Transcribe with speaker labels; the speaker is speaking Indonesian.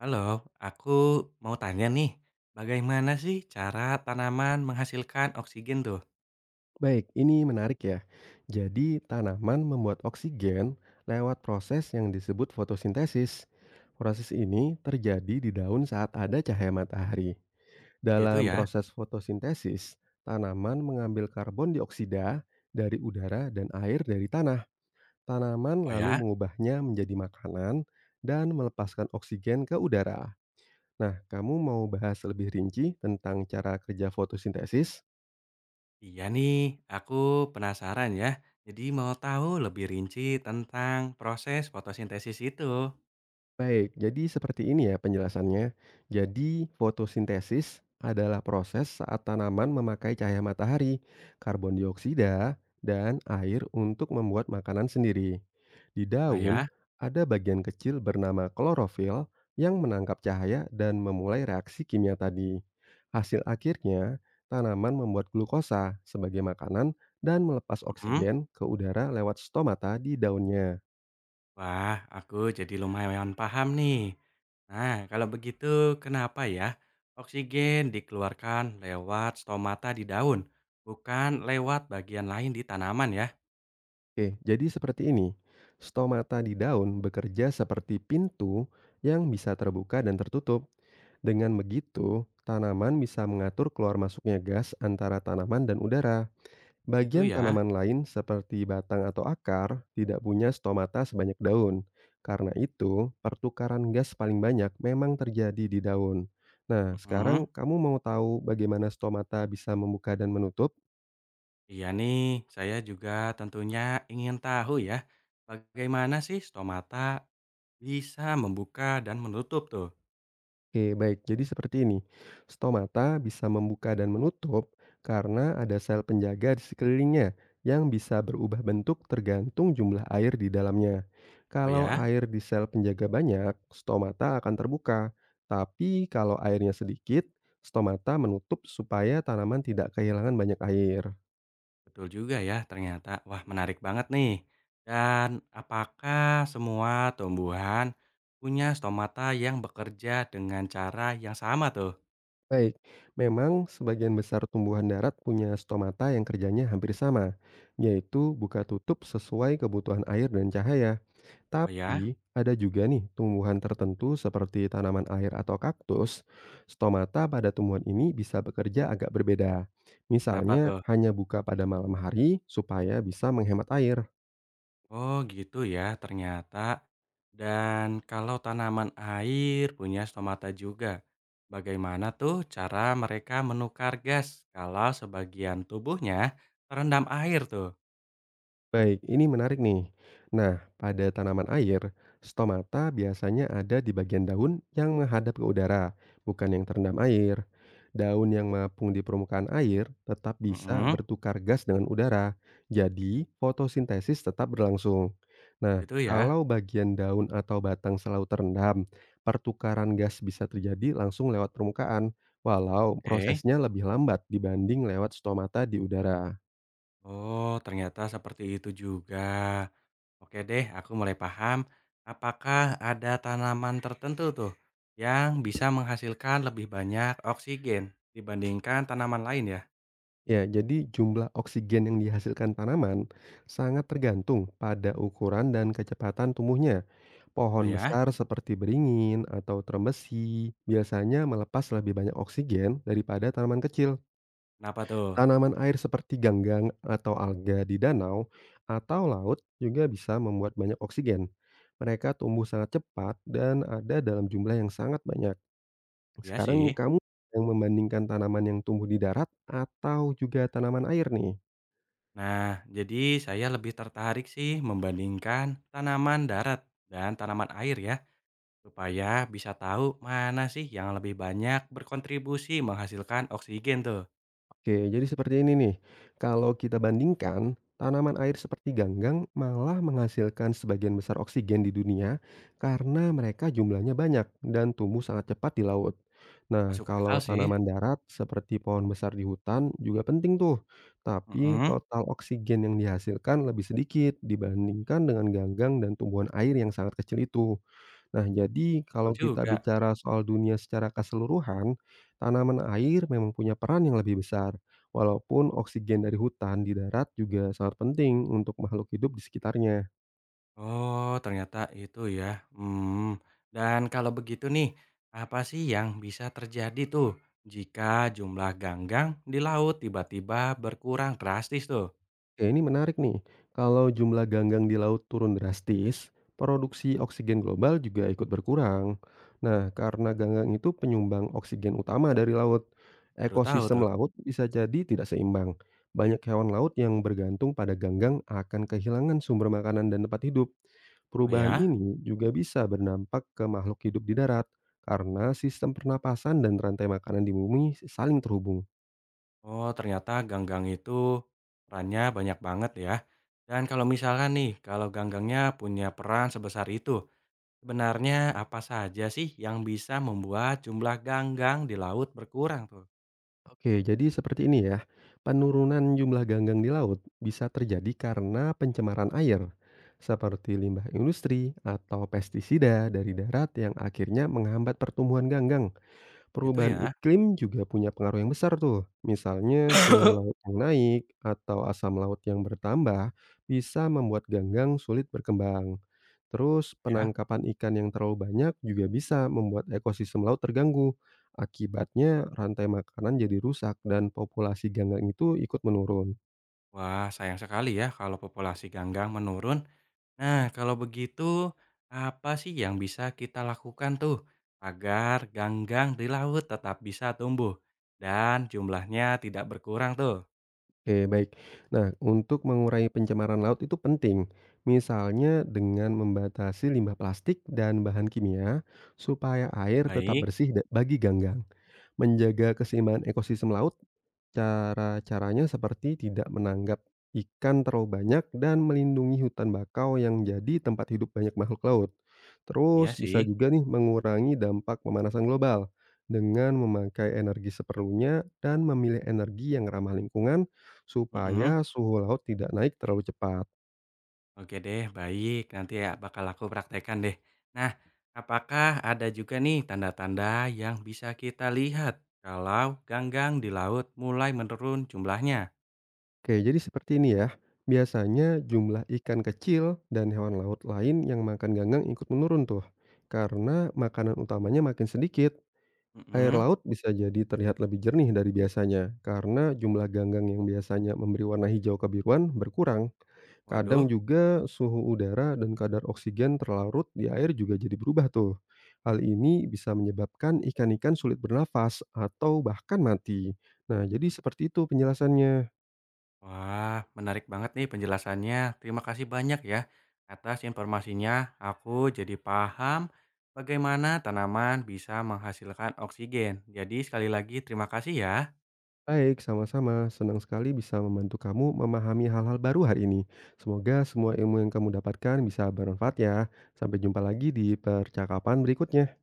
Speaker 1: Halo, aku mau tanya nih, bagaimana sih cara tanaman menghasilkan oksigen tuh?
Speaker 2: Baik, ini menarik ya. Jadi, tanaman membuat oksigen lewat proses yang disebut fotosintesis. Proses ini terjadi di daun saat ada cahaya matahari.
Speaker 1: Gitu
Speaker 2: Dalam
Speaker 1: ya?
Speaker 2: proses fotosintesis, tanaman mengambil karbon dioksida dari udara dan air dari tanah. Tanaman
Speaker 1: Oh
Speaker 2: lalu
Speaker 1: ya?
Speaker 2: mengubahnya menjadi makanan dan melepaskan oksigen ke udara. Nah, kamu mau bahas lebih rinci tentang cara kerja fotosintesis?
Speaker 1: Iya nih, aku penasaran ya. Jadi mau tahu lebih rinci tentang proses fotosintesis itu.
Speaker 2: Baik, jadi seperti ini ya penjelasannya. Jadi fotosintesis adalah proses saat tanaman memakai cahaya matahari, karbon dioksida, dan air untuk membuat makanan sendiri. Di
Speaker 1: Oh
Speaker 2: daun,
Speaker 1: ya?
Speaker 2: ada bagian kecil bernama klorofil yang menangkap cahaya dan memulai reaksi kimia tadi. Hasil akhirnya, tanaman membuat glukosa sebagai makanan dan melepas
Speaker 1: Mm.
Speaker 2: oksigen ke udara lewat stomata di daunnya.
Speaker 1: Wah, aku jadi lumayan paham nih. Nah, kalau begitu kenapa ya oksigen dikeluarkan lewat stomata di daun, bukan lewat bagian lain di tanaman ya?
Speaker 2: Oke, jadi seperti ini. Stomata di daun bekerja seperti pintu yang bisa terbuka dan tertutup. Dengan begitu, tanaman bisa mengatur keluar masuknya gas antara tanaman dan udara.
Speaker 1: Itu
Speaker 2: Bagian
Speaker 1: ya?
Speaker 2: tanaman lain seperti batang atau akar tidak punya stomata sebanyak daun. Karena itu, pertukaran gas paling banyak memang terjadi di daun. Nah, sekarang
Speaker 1: Mm.
Speaker 2: kamu mau tahu bagaimana stomata bisa membuka dan menutup?
Speaker 1: Iya nih, saya juga tentunya ingin tahu ya, bagaimana sih stomata bisa membuka dan menutup tuh?
Speaker 2: Oke, baik. Jadi seperti ini, stomata bisa membuka dan menutup karena ada sel penjaga di sekelilingnya yang bisa berubah bentuk tergantung jumlah air di dalamnya.
Speaker 1: Oh
Speaker 2: Kalau
Speaker 1: ya,
Speaker 2: air di sel penjaga banyak, stomata akan terbuka. Tapi kalau airnya sedikit, stomata menutup supaya tanaman tidak kehilangan banyak air.
Speaker 1: betul juga ya ternyata. Wah, menarik banget nih. Dan apakah semua tumbuhan punya stomata yang bekerja dengan cara yang sama tuh?
Speaker 2: Baik, memang sebagian besar tumbuhan darat punya stomata yang kerjanya hampir sama, yaitu buka tutup sesuai kebutuhan air dan cahaya.
Speaker 1: Oh ya,
Speaker 2: Tapi, ada juga nih tumbuhan tertentu seperti tanaman air atau kaktus, stomata pada tumbuhan ini bisa bekerja agak berbeda.
Speaker 1: kenapa
Speaker 2: Misalnya,
Speaker 1: tuh?
Speaker 2: hanya buka pada malam hari supaya bisa menghemat air.
Speaker 1: Oh gitu ya ternyata. Dan kalau tanaman air punya stomata juga, bagaimana tuh cara mereka menukar gas kalau sebagian tubuhnya terendam air tuh?
Speaker 2: Baik, ini menarik nih. Nah, pada tanaman air, stomata biasanya ada di bagian daun yang menghadap ke udara, bukan yang terendam air. Daun yang mengapung di permukaan air tetap bisa
Speaker 1: Mm-mm,
Speaker 2: bertukar gas dengan udara, jadi fotosintesis tetap berlangsung. Nah,
Speaker 1: gitu ya.
Speaker 2: kalau bagian daun atau batang selalu terendam, pertukaran gas bisa terjadi langsung lewat permukaan, walau
Speaker 1: Oke.
Speaker 2: prosesnya lebih lambat dibanding lewat stomata di udara.
Speaker 1: Oh ternyata seperti itu juga. Oke deh, aku mulai paham. Apakah ada tanaman tertentu tuh yang bisa menghasilkan lebih banyak oksigen dibandingkan tanaman lain ya?
Speaker 2: Ya, jadi jumlah oksigen yang dihasilkan tanaman sangat tergantung pada ukuran dan kecepatan tumbuhnya.
Speaker 1: Oh
Speaker 2: Pohon
Speaker 1: ya,
Speaker 2: besar seperti beringin atau trembesi biasanya melepas lebih banyak oksigen daripada tanaman kecil.
Speaker 1: kenapa tuh?
Speaker 2: Tanaman air seperti ganggang atau alga di danau atau laut juga bisa membuat banyak oksigen. Mereka tumbuh sangat cepat dan ada dalam jumlah yang sangat banyak.
Speaker 1: Ya
Speaker 2: Sekarang
Speaker 1: sih.
Speaker 2: kamu yang membandingkan tanaman yang tumbuh di darat atau juga tanaman air nih?
Speaker 1: Nah, jadi saya lebih tertarik sih membandingkan tanaman darat dan tanaman air ya, supaya bisa tahu mana sih yang lebih banyak berkontribusi menghasilkan oksigen tuh.
Speaker 2: Oke, jadi seperti ini nih. Kalau kita bandingkan, tanaman air seperti ganggang malah menghasilkan sebagian besar oksigen di dunia karena mereka jumlahnya banyak dan tumbuh sangat cepat di laut. Nah,
Speaker 1: Masuk akal
Speaker 2: kalau
Speaker 1: sih.
Speaker 2: tanaman darat seperti pohon besar di hutan juga penting tuh, tapi
Speaker 1: Mm-mm,
Speaker 2: total oksigen yang dihasilkan lebih sedikit dibandingkan dengan ganggang dan tumbuhan air yang sangat kecil itu. Nah, jadi
Speaker 1: betul
Speaker 2: kalau kita
Speaker 1: juga.
Speaker 2: bicara soal dunia secara keseluruhan, tanaman air memang punya peran yang lebih besar. Walaupun oksigen dari hutan di darat juga sangat penting untuk makhluk hidup di sekitarnya.
Speaker 1: Oh, ternyata itu ya. Hmm. Dan kalau begitu nih, apa sih yang bisa terjadi tuh jika jumlah ganggang di laut tiba-tiba berkurang drastis tuh?
Speaker 2: Oke, ini menarik nih. Kalau jumlah ganggang di laut turun drastis, produksi oksigen global juga ikut berkurang. Nah, karena ganggang itu penyumbang oksigen utama dari laut,
Speaker 1: Baru tahu
Speaker 2: ekosistem
Speaker 1: tuh.
Speaker 2: laut bisa jadi tidak seimbang. Banyak hewan laut yang bergantung pada ganggang akan kehilangan sumber makanan dan tempat hidup.
Speaker 1: Oh
Speaker 2: Perubahan
Speaker 1: ya?
Speaker 2: ini juga bisa berdampak ke makhluk hidup di darat karena sistem pernapasan dan rantai makanan di bumi saling terhubung.
Speaker 1: Oh, ternyata ganggang itu perannya banyak banget ya. Dan kalau misalkan nih, kalau ganggangnya punya peran sebesar itu, sebenarnya apa saja sih yang bisa membuat jumlah ganggang di laut berkurang tuh?
Speaker 2: Oke, jadi seperti ini ya. Penurunan jumlah ganggang di laut bisa terjadi karena pencemaran air, seperti limbah industri atau pestisida dari darat yang akhirnya menghambat pertumbuhan ganggang.
Speaker 1: Gitu
Speaker 2: Perubahan
Speaker 1: ya?
Speaker 2: iklim juga punya pengaruh yang besar tuh. Misalnya suhu laut yang naik atau asam laut yang bertambah bisa membuat ganggang sulit berkembang. Terus
Speaker 1: Ya.
Speaker 2: penangkapan ikan yang terlalu banyak juga bisa membuat ekosistem laut terganggu. Akibatnya rantai makanan jadi rusak dan populasi ganggang itu ikut menurun.
Speaker 1: Wah, sayang sekali ya kalau populasi ganggang menurun. Nah, kalau begitu, apa sih yang bisa kita lakukan tuh agar ganggang di laut tetap bisa tumbuh dan jumlahnya tidak berkurang tuh?
Speaker 2: Oke, baik. Nah, untuk mengurangi pencemaran laut itu penting. Misalnya dengan membatasi limbah plastik dan bahan kimia supaya air tetap
Speaker 1: Baik,
Speaker 2: bersih bagi ganggang. Menjaga keseimbangan ekosistem laut, cara-caranya seperti tidak menanggap ikan terlalu banyak dan melindungi hutan bakau yang jadi tempat hidup banyak makhluk laut.
Speaker 1: iya
Speaker 2: Terus
Speaker 1: sih.
Speaker 2: bisa juga nih mengurangi dampak pemanasan global dengan memakai energi seperlunya dan memilih energi yang ramah lingkungan
Speaker 1: Mhm,
Speaker 2: supaya suhu laut tidak naik terlalu cepat.
Speaker 1: oke deh, baik. Nanti ya bakal aku praktekkan deh. Nah, apakah ada juga nih tanda-tanda yang bisa kita lihat kalau ganggang di laut mulai menurun jumlahnya?
Speaker 2: Oke, jadi seperti ini ya. Biasanya jumlah ikan kecil dan hewan laut lain yang makan ganggang ikut menurun tuh. Karena makanan utamanya makin sedikit. Air
Speaker 1: Mhm,
Speaker 2: laut bisa jadi terlihat lebih jernih dari biasanya karena jumlah ganggang yang biasanya memberi warna hijau kebiruan berkurang. Kadang
Speaker 1: waduh,
Speaker 2: juga suhu udara dan kadar oksigen terlarut di air juga jadi berubah tuh. Hal ini bisa menyebabkan ikan-ikan sulit bernafas atau bahkan mati. Nah, jadi seperti itu penjelasannya.
Speaker 1: wah menarik banget nih penjelasannya. Terima kasih banyak ya atas informasinya. Aku jadi paham bagaimana tanaman bisa menghasilkan oksigen. Jadi sekali lagi terima kasih ya.
Speaker 2: Baik, sama-sama. Senang sekali bisa membantu kamu memahami hal-hal baru hari ini. Semoga semua ilmu yang kamu dapatkan bisa bermanfaat ya. Sampai jumpa lagi di percakapan berikutnya.